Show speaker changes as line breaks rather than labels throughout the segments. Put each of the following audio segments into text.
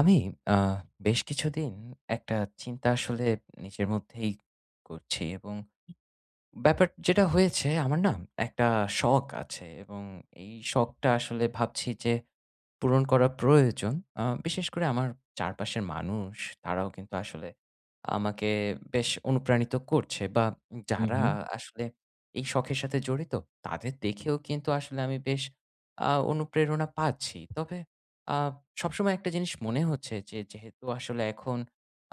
আমি আহ, বেশ কিছুদিন একটা চিন্তা আসলে নিজের মধ্যেই করছি এবং ব্যাপার যেটা হয়েছে আমার না একটা শখ আছে এবং এই শখটা আসলে ভাবছি যে পূরণ করা প্রয়োজন। বিশেষ করে আমার চারপাশের মানুষ তারাও কিন্তু আসলে আমাকে বেশ অনুপ্রাণিত করছে বা
হু,
যারা
হু,
আসলে এই শখের সাথে জড়িত তাদের দেখেও কিন্তু আসলে আমি বেশ অনুপ্রেরণা পাচ্ছি। তবে আ সবসময় একটা জিনিস মনে হচ্ছে যে যেহেতু আসলে এখন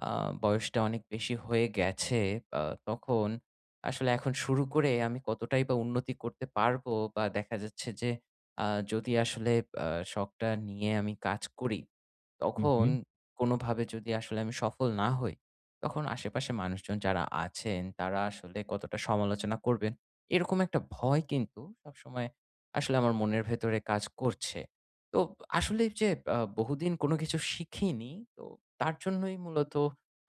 আ বয়সটা অনেক বেশি হয়ে গেছে, আ তখন আসলে এখন শুরু করে আমি কতটাই বা উন্নতি করতে পারবো বা দেখা যাচ্ছে যে আ যদি আসলে আ শখটা নিয়ে আমি কাজ করি,
হু,
তখন
হু।
কোনোভাবে যদি আসলে আমি সফল না হই, তখন আশেপাশে মানুষজন যারা আছেন তারা আসলে কতটা সমালোচনা করবেন, এরকম একটা ভয় কিন্তু সবসময় আসলে আমার মনের ভেতরে কাজ করছে। তো আসলে যে বহুদিন কোনো কিছু শিখিনি, তো তার জন্যই মূলত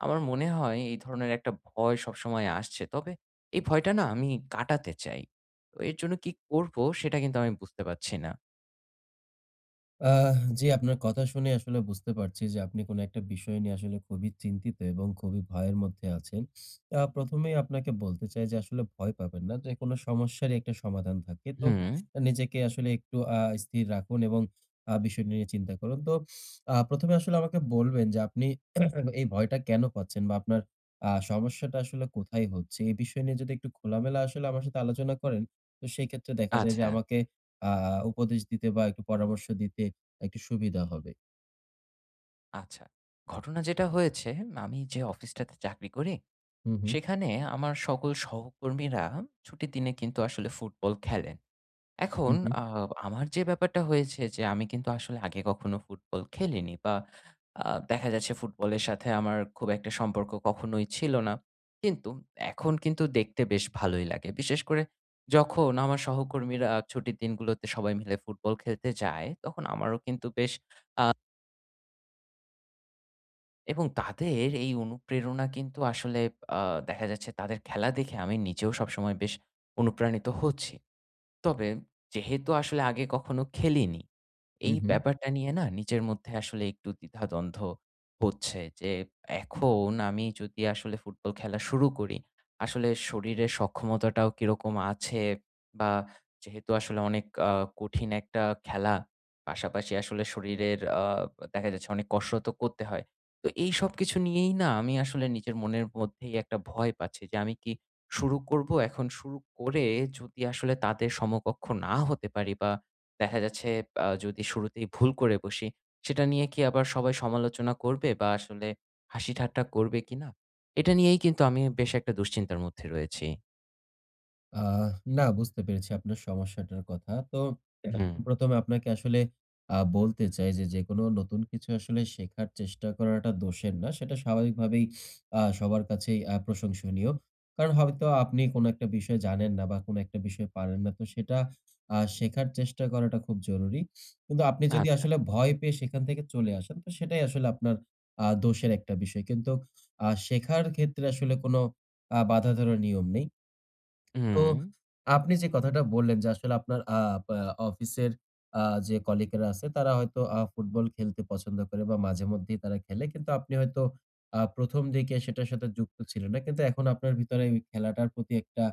আমার মনে হয় এই ধরনের একটা ভয় সবসময় আসছে। তবে এই ভয়টা না আমি কাটাতে চাই। তো এর জন্য কি করব সেটা কিন্তু আমি বুঝতে পারছি না।
জি, আপনার কথা শুনে আসলে বুঝতে পারছি যে আপনি কোনো একটা বিষয় নিয়ে আসলে খুবই চিন্তিত এবং খুবই ভয়ের মধ্যে আছেন। প্রথমেই আপনাকে বলতে চাই যে আসলে ভয় পাবেন না। যেকোনো সমস্যারই একটা সমাধান থাকে। তো
হুম,
নিজেকে আসলে একটু স্থির রাখুন এবং বিষয়টি নিয়ে চিন্তা করুন। তো প্রথম এ আসলে আমাকে বলবেন যে আপনি এই ভয়টা কেন পাচ্ছেন বা আপনার সমস্যাটা আসলে কোথায় হচ্ছে? এই বিষয় নিয়ে যদি একটু খোলামেলা আসলে আমার সাথে আলোচনা করেন, তো সেক্ষেত্রে দেখা যায় যে
আচ্ছা,
আমাকে আ উপদেশ দিতে বা একটু পরামর্শ দিতে একটু সুবিধা হবে।
আচ্ছা। ঘটনা যেটা হয়েছে আমি যে অফিসটাতে চাকরি করি,
হু, হু,
সেখানে আমার সকল সহকর্মীরা ছুটির দিনে কিন্তু আসলে ফুটবল খেলেন।
হু,
এখন
হু,
আ আমার যে ব্যাপারটা হয়েছে যে আমি কিন্তু আসলে আগে কখনো ফুটবল খেলিনি বা আ দেখা যাচ্ছে ফুটবলের সাথে আমার খুব একটা সম্পর্ক কখনোই ছিল না। কিন্তু এখন কিন্তু দেখতে বেশ ভালোই লাগে। বিশেষ করে যখন আমার সহকর্মীরা ছুটির দিনগুলোতে সবাই মিলে ফুটবল খেলতে যায়, তখন আমারও কিন্তু বেশ এবং তাদের এই অনুপ্রেরণা কিন্তু আসলে আ দেখা যাচ্ছে তাদের খেলা দেখে আমি নিজেও সবসময় বেশ অনুপ্রাণিত হচ্ছি। তবে যেহেতু আসলে আগে কখনো খেলিনি,
হু,
এই
হু।
ব্যাপারটা নিয়ে না নিজের মধ্যে আসলে একটু দ্বিধাদ্বন্দ্ব হচ্ছে যে, এখন আমি যদি আসলে ফুটবল খেলা শুরু করি, আসলে শরীরের সক্ষমতাটাও কিরকম আছে বা যেহেতু আসলে অনেক কঠিন একটা খেলা, পাশাপাশি আসলে শরীরের দেখা যাচ্ছে অনেক কসরতও করতে হয়। তো এইসব কিছু নিয়েই না আমি আসলে নিজের মনের মধ্যেই একটা ভয় পাচ্ছি যে, আমি কি শুরু করব। এখন শুরু করে যদি আসলে তাদের সমকক্ষ না হতে পারি বা দেখা যাচ্ছে যদি শুরুতেই ভুল করে বসি, সেটা নিয়ে কি আবার সবাই সমালোচনা করবে বা আসলে হাসি-ঠাট্টা করবে কিনা? এটা নিয়েই কিন্তু আমি বেশ একটা দুশ্চিন্তার মধ্যে রয়েছি।
আহ না, বুঝতে পেরেছি আপনার সমস্যাটার কথা। তো
হুম।
প্রথম এ আপনাকে আসলে বলতে চাই যে, যেকোনো নতুন কিছু আসলে শেখার চেষ্টা করাটা দোষের না। সেটা স্বাভাবিকভাবেই সবার কাছেই প্রশংসনীয়। কারণ হয়তো আপনি কোনো একটা বিষয় জানেন না বা কোনো একটা বিষয় পারেন না। তো সেটা শেখার চেষ্টা করাটা খুব জরুরি। কিন্তু আপনি যদি
আচ্ছা।
আসলে ভয় পেয়ে সেখান থেকে চলে আসেন, তো সেটাই আসলে আপনার দোষের একটা বিষয়। কিন্তু শেখার ক্ষেত্রে আসলে কোনো বাঁধা ধরা নিয়ম নেই। তো
হুম,
আপনি যে কথাটা বললেন যে আসলে আপনার বা অফিসের আ যে কলিগরা আছে, তারা হয়তো ফুটবল খেলতে পছন্দ করে বা মাঝেমধ্যেই তারা খেলে। কিন্তু আপনি হয়তো প্রথম দিকে সেটার সাথে যুক্ত ছিলেন না। কিন্তু এখন আপনার ভিতরে ওই খেলাটার প্রতি একটা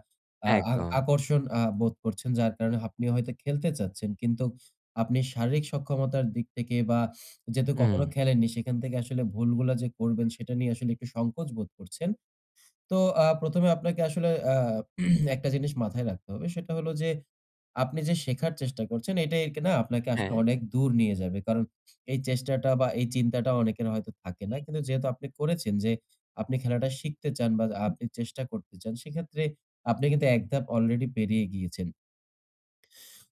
আ আ
একদম।
আকর্ষণ বোধ করছেন। যার কারণে আপনি হয়তো খেলতে চাচ্ছেন। কিন্তু আপনি শারীরিক সক্ষমতার দিক থেকে বা যেহেতু
হুম,
কখনো খেলেননি, সেখান থেকে আসলে ভুলগুলা যে করবেন সেটা নিয়ে আসলে একটু সংকোচ বোধ করছেন। তো ১ম এ আপনাকে আসলে একটা জিনিস মাথায় রাখতে হবে। সেটা হলো যে, আপনি যে শেখার চেষ্টা করছেন এটাই কি না আপনাকে আসলে
হ্যাঁ,
অনেক দূর নিয়ে যাবে। কারণ এই চেষ্টাটা বা এই চিন্তাটা অনেকের হয়তো থাকে না। কিন্তু যেহেতু আপনি করেছেন যে, আপনি খেলাটা শিখতে চান বা আপনি চেষ্টা করতে চান, সেক্ষেত্রে আপনি কিন্তু এক ধাপ অলরেডি পেরিয়ে গিয়েছেন।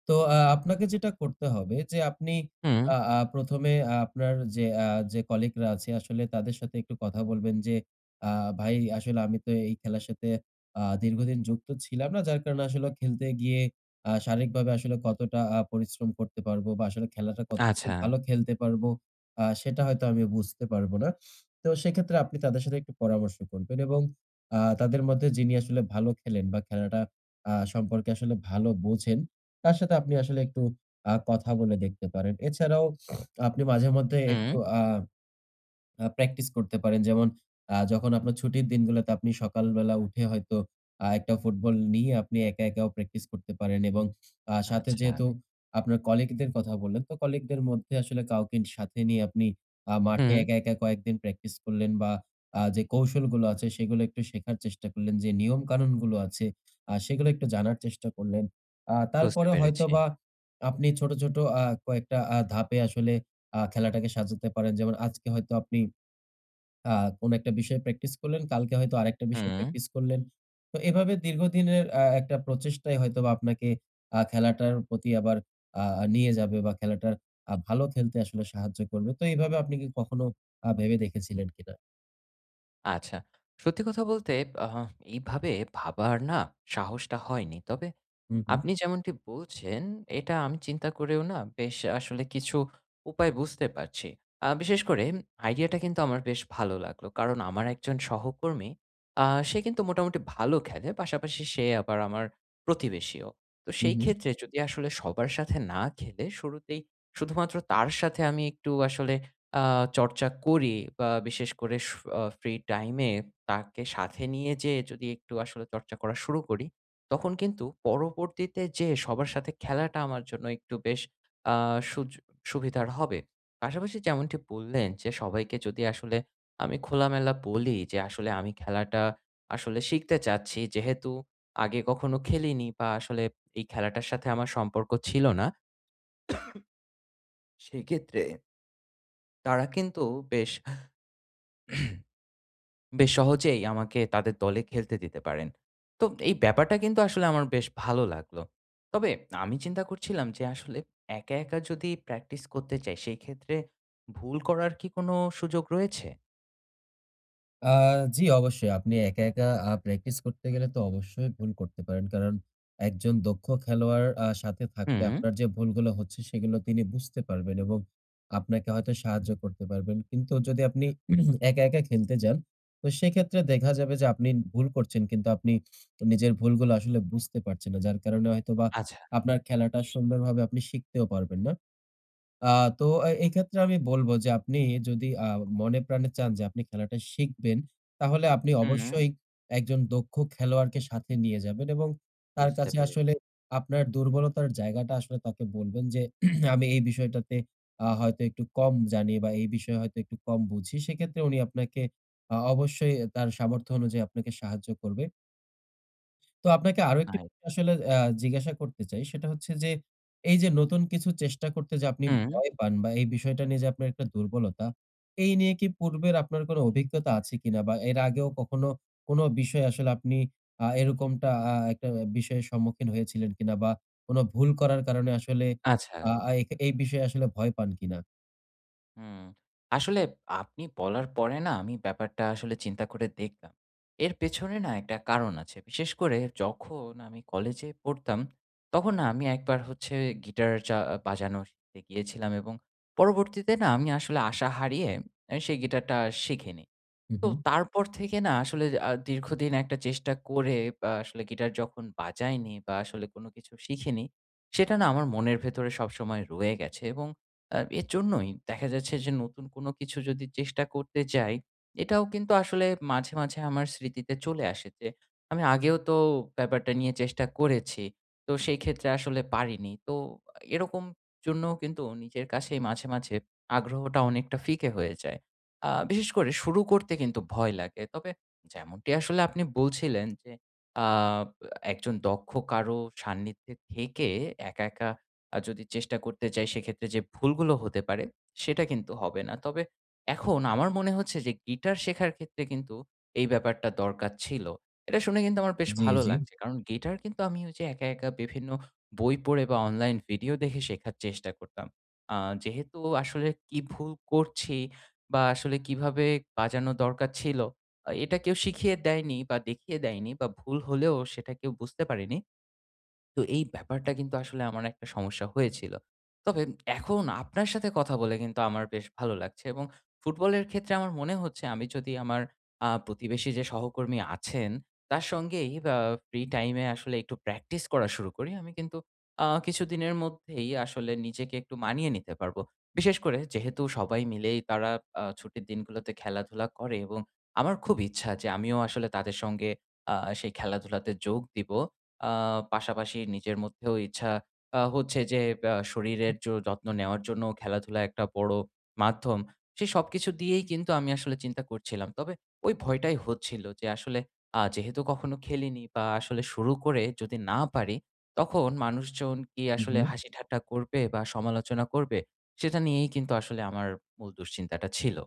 তো আপনাকে যেটা করতে হবে যে আপনি
হুম,
আ আ প্রথম এ আপনার যে যে কলিগরা আছে আসলে তাদের সাথে একটু কথা বলবেন যে, "আ ভাই, আসলে আমি তো এই খেলার সাথে দীর্ঘদিন যুক্ত ছিলাম না। যার কারণে আসলে খেলতে গিয়ে শারীরিকভাবে আসলে কতটা পরিশ্রম করতে পারবো বা আসলে খেলাটা কতটুকু
আচ্ছা,
ভালো খেলতে পারবো, সেটা হয়তো আমি বুঝতে পারবো না।" তো সেক্ষেত্রে আপনি তাদের সাথে একটু পরামর্শ করবেন এবং তাদের মধ্যে যিনি আসলে ভালো খেলেন বা খেলাটা সম্পর্কে আসলে ভালো বোঝেন, তার সাথে আপনি আসলে একটু কথা বলে দেখতে পারেন। এছাড়াও আপনি মাঝে মধ্যে
হুম,
একটু আ আ প্র্যাকটিস করতে পারেন। যেমন যখন আপনার ছুটির দিনগুলোতে আপনি সকালবেলা উঠে হয়তো একটা ফুটবল নিয়ে আপনি একা, একাও প্র্যাকটিস করতে পারেন এবং সাথে
আচ্ছা,
যেহেতু আপনার কলিগদের কথা বললেন, তো কলিগদের মধ্যে আসলে কাউকে সাথে নিয়ে আপনি মাঠে
হুম,
একা, একা কয়েকদিন প্র্যাকটিস করলেন বা যে কৌশলগুলো আছে সেগুলো একটু শেখার চেষ্টা করলেন। যে নিয়ম-কানুনগুলো আছে সেগুলো একটু জানার চেষ্টা করলেন।
বুঝতে
তারপরে
পেরেছি।
হয়তোবা আপনি ছোট, ছোট কয়েকটা ধাপে আসলে খেলাটাকে সাজাতে পারেন। যেমন আজকে হয়তো আপনি আ কোনো একটা বিষয়ে প্র্যাকটিস করলেন, কালকে হয়তো আরেকটা বিষয়ে
হুম,
প্র্যাকটিস করলেন। তো এভাবে দীর্ঘদিনের একটা প্রচেষ্টাই হয়তোবা আপনাকে খেলাটার প্রতি আবার আ নিয়ে যাবে বা খেলাটার ভালো খেলতে আসলে সাহায্য করবে। তো এইভাবে আপনি কি কখনো ভেবে দেখেছিলেন কিনা?
আচ্ছা। সত্যি কথা বলতে আহ এইভাবে ভাবার না সাহসটা হয়নি। তবে
হু, হু।
আপনি যেমনটি বলছেন, এটা আমি চিন্তা করেও না বেশ আসলে কিছু উপায় বুঝতে পারছি। বিশেষ করে আইডিয়াটা কিন্তু আমার বেশ ভালো লাগলো। কারণ আমার একজন সহকর্মী, সে কিন্তু মোটামুটি ভালো খেলে। পাশাপাশি সে আবার আমার প্রতিবেশীও। তো
হু,
সেই
হু।
ক্ষেত্রে যদি আসলে সবার সাথে না খেলে শুরুতেই শুধুমাত্র তার সাথে আমি একটু আসলে আ চর্চা করি বা বিশেষ করে স আ ফ্রি টাইমে তাকে সাথে নিয়ে যেয়ে যদি একটু আসলে চর্চা করা শুরু করি, তখন কিন্তু পরবর্তীতে যেয়ে সবার সাথে খেলাটা আমার জন্য একটু বেশ আ সুজ সুবিধার হবে। পাশাপাশি যেমনটি বললেন যে, সবাইকে যদি আসলে আমি খোলামেলা বলি যে, আসলে আমি খেলাটা আসলে শিখতে চাচ্ছি। যেহেতু আগে কখনো খেলিনি বা আসলে এই খেলাটার সাথে আমার সম্পর্ক ছিল না। সেক্ষেত্রে তারা কিন্তু বেশ বেশ সহজেই আমাকে তাদের দলে খেলতে দিতে পারেন। তো এই ব্যাপারটা কিন্তু আসলে আমার বেশ ভালো লাগলো। তবে আমি চিন্তা করছিলাম যে আসলে একা, একা যদি প্র্যাকটিস করতে চাই সেই ক্ষেত্রে ভুল করার কি কোনো সুযোগ রয়েছে?
আ জি, অবশ্যই। আপনি একা, একা প্র্যাকটিস করতে গেলে তো অবশ্যই ভুল করতে পারেন। কারণ একজন দক্ষ খেলোয়াড় সাথে থাকলে
হুম,
আপনার যে ভুলগুলো হচ্ছে সেগুলো তিনি বুঝতে পারবেন এবং আপনাকে হয়তো সাহায্য করতে পারবেন। কিন্তু যদি আপনি একা, একা খেলতে যান, তো সেক্ষেত্রে দেখা যাবে যে আপনি ভুল করছেন, কিন্তু আপনি নিজের ভুলগুলো আসলে বুঝতে পারছেন না। যার কারণে হয়তোবা
আচ্ছা।
আপনার খেলাটা সুন্দরভাবে আপনি শিখতেও পারবেন না। আ তো এই ক্ষেত্রে আমি বলব যে আপনি যদি মনে প্রাণে চান যে আপনি খেলাটা শিখবেন, তাহলে আপনি
হুম,
অবশ্যই একজন দক্ষ খেলোয়াড়কে সাথে নিয়ে যাবেন এবং তার
বুঝতে
কাছে
পেরেছি।
আসলে আপনার দুর্বলতার জায়গাটা আসলে তাকে বলবেন যে, "আমি এই বিষয়টাতে হয়তো একটু কম জানি বা এই বিষয়ে হয়তো একটু কম বুঝি।" সেক্ষেত্রে উনি আপনাকে অবশ্যই তার সামর্থ্য অনুযায়ী আপনাকে সাহায্য করবে। তো আপনাকে আরো একটি
নাইস।
বিষয় আসলে জিজ্ঞাসা করতে চাই। সেটা হচ্ছে যে, এই যে নতুন কিছু চেষ্টা করতে যে আপনি
হুম,
ভয় পান বা এই বিষয়টা নিয়ে যে আপনার একটা দুর্বলতা, এই নিয়ে কি পূর্বের আপনার কোনো অভিজ্ঞতা আছে কিনা? বা এর আগেও কখনো কোনো বিষয়ে আসলে আপনি এরকমটা একটা বিষয়ের সম্মুখীন হয়েছিলেন কিনা? বা কোনো ভুল করার কারণে আসলে
আচ্ছা।
আ আ এই এই বিষয়ে আসলে ভয় পান কিনা?
হুম। আসলে আপনি বলার পরে না আমি ব্যাপারটা আসলে চিন্তা করে দেখলাম। এর পেছনে না একটা কারণ আছে। বিশেষ করে যখন আমি কলেজে পড়তাম, তখন না আমি একবার হচ্ছে গিটার বাজানো শিখতে গিয়েছিলাম এবং পরবর্তীতে না আমি আসলে আশা হারিয়ে সেই গিটারটা শিখিনি।
হু,
তো
হু।
তারপর থেকে না আসলে দীর্ঘদিন একটা চেষ্টা করে আসলে গিটার যখন বাজাইনি বা আসলে কোনো কিছু শিখিনি, সেটা না আমার মনের ভেতরে সবসময় রয়ে গেছে এবং এর জন্যই দেখা যাচ্ছে যে নতুন কোনো কিছু যদি চেষ্টা করতে যাই, এটাও কিন্তু আসলে মাঝে, মাঝে আমার স্মৃতিতে চলে আসে যে আমি আগেও তো ব্যাপারটা নিয়ে চেষ্টা করেছি। তো সেই ক্ষেত্রে আসলে পারিনি। তো এরকম জন্য কিন্তু নিজের কাছেই মাঝে, মাঝে আগ্রহটা অনেকটা ফিকে হয়ে যায়। বিশেষ করে শুরু করতে কিন্তু ভয় লাগে। তবে যেমনটি আসলে আপনি বলছিলেন যে, আ একজন দক্ষ কারো সান্নিধ্যে থেকে একা, একা যদি চেষ্টা করতে চাই সেক্ষেত্রে যে ভুলগুলো হতে পারে সেটা কিন্তু হবে না। তবে এখন আমার মনে হচ্ছে যে গিটার শেখার ক্ষেত্রে কিন্তু এই ব্যাপারটা দরকার ছিল। এটা শুনে কিন্তু আমার বেশ
জি,
ভালো
জি।
লাগছে। কারণ গিটার কিন্তু আমি ওই যে একা, একা বিভিন্ন বই পড়ে বা অনলাইন ভিডিও দেখে শেখার চেষ্টা করতাম। আ যেহেতু আসলে কি ভুল করছি বা আসলে কিভাবে বাজানো দরকার ছিল। এটা কেউ শিখিয়ে দেয়নি বা দেখিয়ে দেয়নি বা ভুল হলেও সেটা কেউ বুঝতে পারেনি। তো এই ব্যাপারটা কিন্তু আসলে আমার একটা সমস্যা হয়েছিল। তবে এখন আপনার সাথে কথা বলে কিন্তু আমার বেশ ভালো লাগছে এবং ফুটবলের ক্ষেত্রে আমার মনে হচ্ছে আমি যদি আমার প্রতিবেশী যে সহকর্মী আছেন তার সঙ্গেই বা ফ্রি টাইমে আসলে একটু প্র্যাকটিস করা শুরু করি, আমি কিন্তু কিছুদিনের মধ্যেই আসলে নিজেকে একটু মানিয়ে নিতে পারবো। বিশেষ করে যেহেতু সবাই মিলেই তারা ছুটির দিনগুলোতে খেলাধুলা করে এবং আমার খুব ইচ্ছা যে আমিও আসলে তাদের সঙ্গে আ সেই খেলাধুলাতে যোগ দিব। আ পাশাপাশি নিজের মধ্যেও ইচ্ছা হচ্ছে যে শরীরের যত্ন নেওয়ার জন্য খেলাধুলা একটা বড় মাধ্যম। সে সবকিছু দিয়েই কিন্তু আমি আসলে চিন্তা করছিলাম। তবে ওই ভয়টাই হচ্ছিল যে আসলে যেহেতু কখনো খেলিনি বা আসলে শুরু করে যদি না পারি, তখন মানুষজন কি
হু,
আসলে
হু।
হাসি ঠাট্টা করবে বা সমালোচনা করবে? সেটা নিয়েই কিন্তু আসলে আমার মূল দুশ্চিন্তাটা ছিল।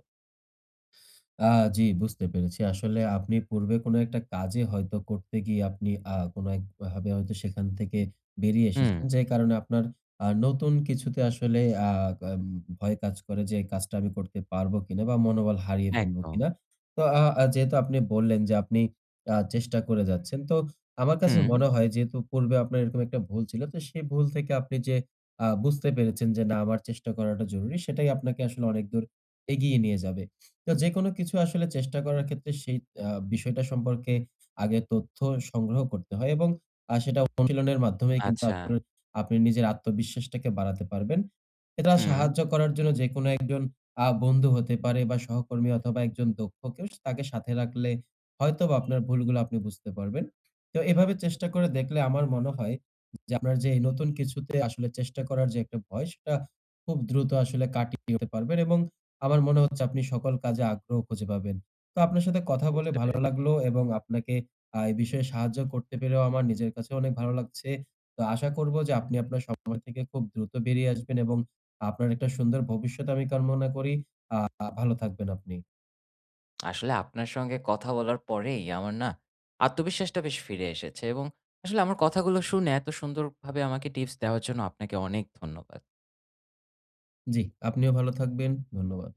আ জি, বুঝতে পেরেছি। আসলে আপনি পূর্বে কোনো একটা কাজে হয়তো করতে গিয়ে আপনি কোনো একভাবে হয়তো সেখান থেকে বেরিয়ে
হুম,
এসেছেন। যে কারণে আপনার নতুন কিছুতে আসলে আ আম ভয় কাজ করে যে এই কাজটা আমি করতে পারবো কিনা বা মনোবল হারিয়ে ফেলবো
একদম।
কিনা। তো আ আ যেহেতু আপনি বললেন যে আপনি চেষ্টা করে যাচ্ছেন। তো আমার কাছে
হুম,
মনে হয় যেহেতু পূর্বে আপনার এরকম একটা ভুল ছিল, তো সেই ভুল থেকে আপনি যে বুঝতে পেরেছেন যে না, আমার চেষ্টা করাটা জরুরি, সেটাই আপনাকে আসলে অনেক দূর এগিয়ে নিয়ে যাবে। তো যেকোনো কিছু আসলে চেষ্টা করার ক্ষেত্রে সেই আ বিষয়টা সম্পর্কে আগে তথ্য সংগ্রহ করতে হয় এবং সেটা অনুশীলনের মাধ্যমেই কিন্তু
আচ্ছা।
আসলে আপনি নিজের আত্মবিশ্বাসটাকে বাড়াতে পারবেন। এটা
হুম,
সাহায্য করার জন্য যেকোনো একজন বন্ধু হতে পারে বা সহকর্মী অথবা একজন দক্ষ কেউ, তাকে সাথে রাখলে হয়তোবা আপনার ভুলগুলো আপনি বুঝতে পারবেন। তো এভাবে চেষ্টা করে দেখলে আমার মনে হয় যে আপনার যে এই নতুন কিছুতে আসলে চেষ্টা করার যে একটা ভয়, সেটা খুব দ্রুত আসলে কাটিয়ে উঠতে পারবেন এবং আমার মনে হচ্ছে আপনি সকল কাজে আগ্রহ খুঁজে পাবেন। তো আপনার সাথে কথা বলে
বুঝতে
ভালো
পেরেছি।
লাগলো এবং আপনাকে এই বিষয়ে সাহায্য করতে পেরেও আমার নিজের কাছেও অনেক ভালো লাগছে। তো আশা করব যে আপনি আপনার সমস্যা থেকে খুব দ্রুত বেরিয়ে আসবেন এবং আপনার একটা সুন্দর ভবিষ্যৎ আমি কামনা করি। ভালো থাকবেন আপনি।
আসলে আপনার সঙ্গে কথা বলার পরেই আমার না আত্মবিশ্বাসটা বেশ ফিরে এসেছে এবং আসলে আমার কথাগুলো শুনে এত সুন্দরভাবে আমাকে টিপস দেওয়ার জন্য আপনাকে অনেক ধন্যবাদ।
জি, আপনিও ভালো থাকবেন। ধন্যবাদ।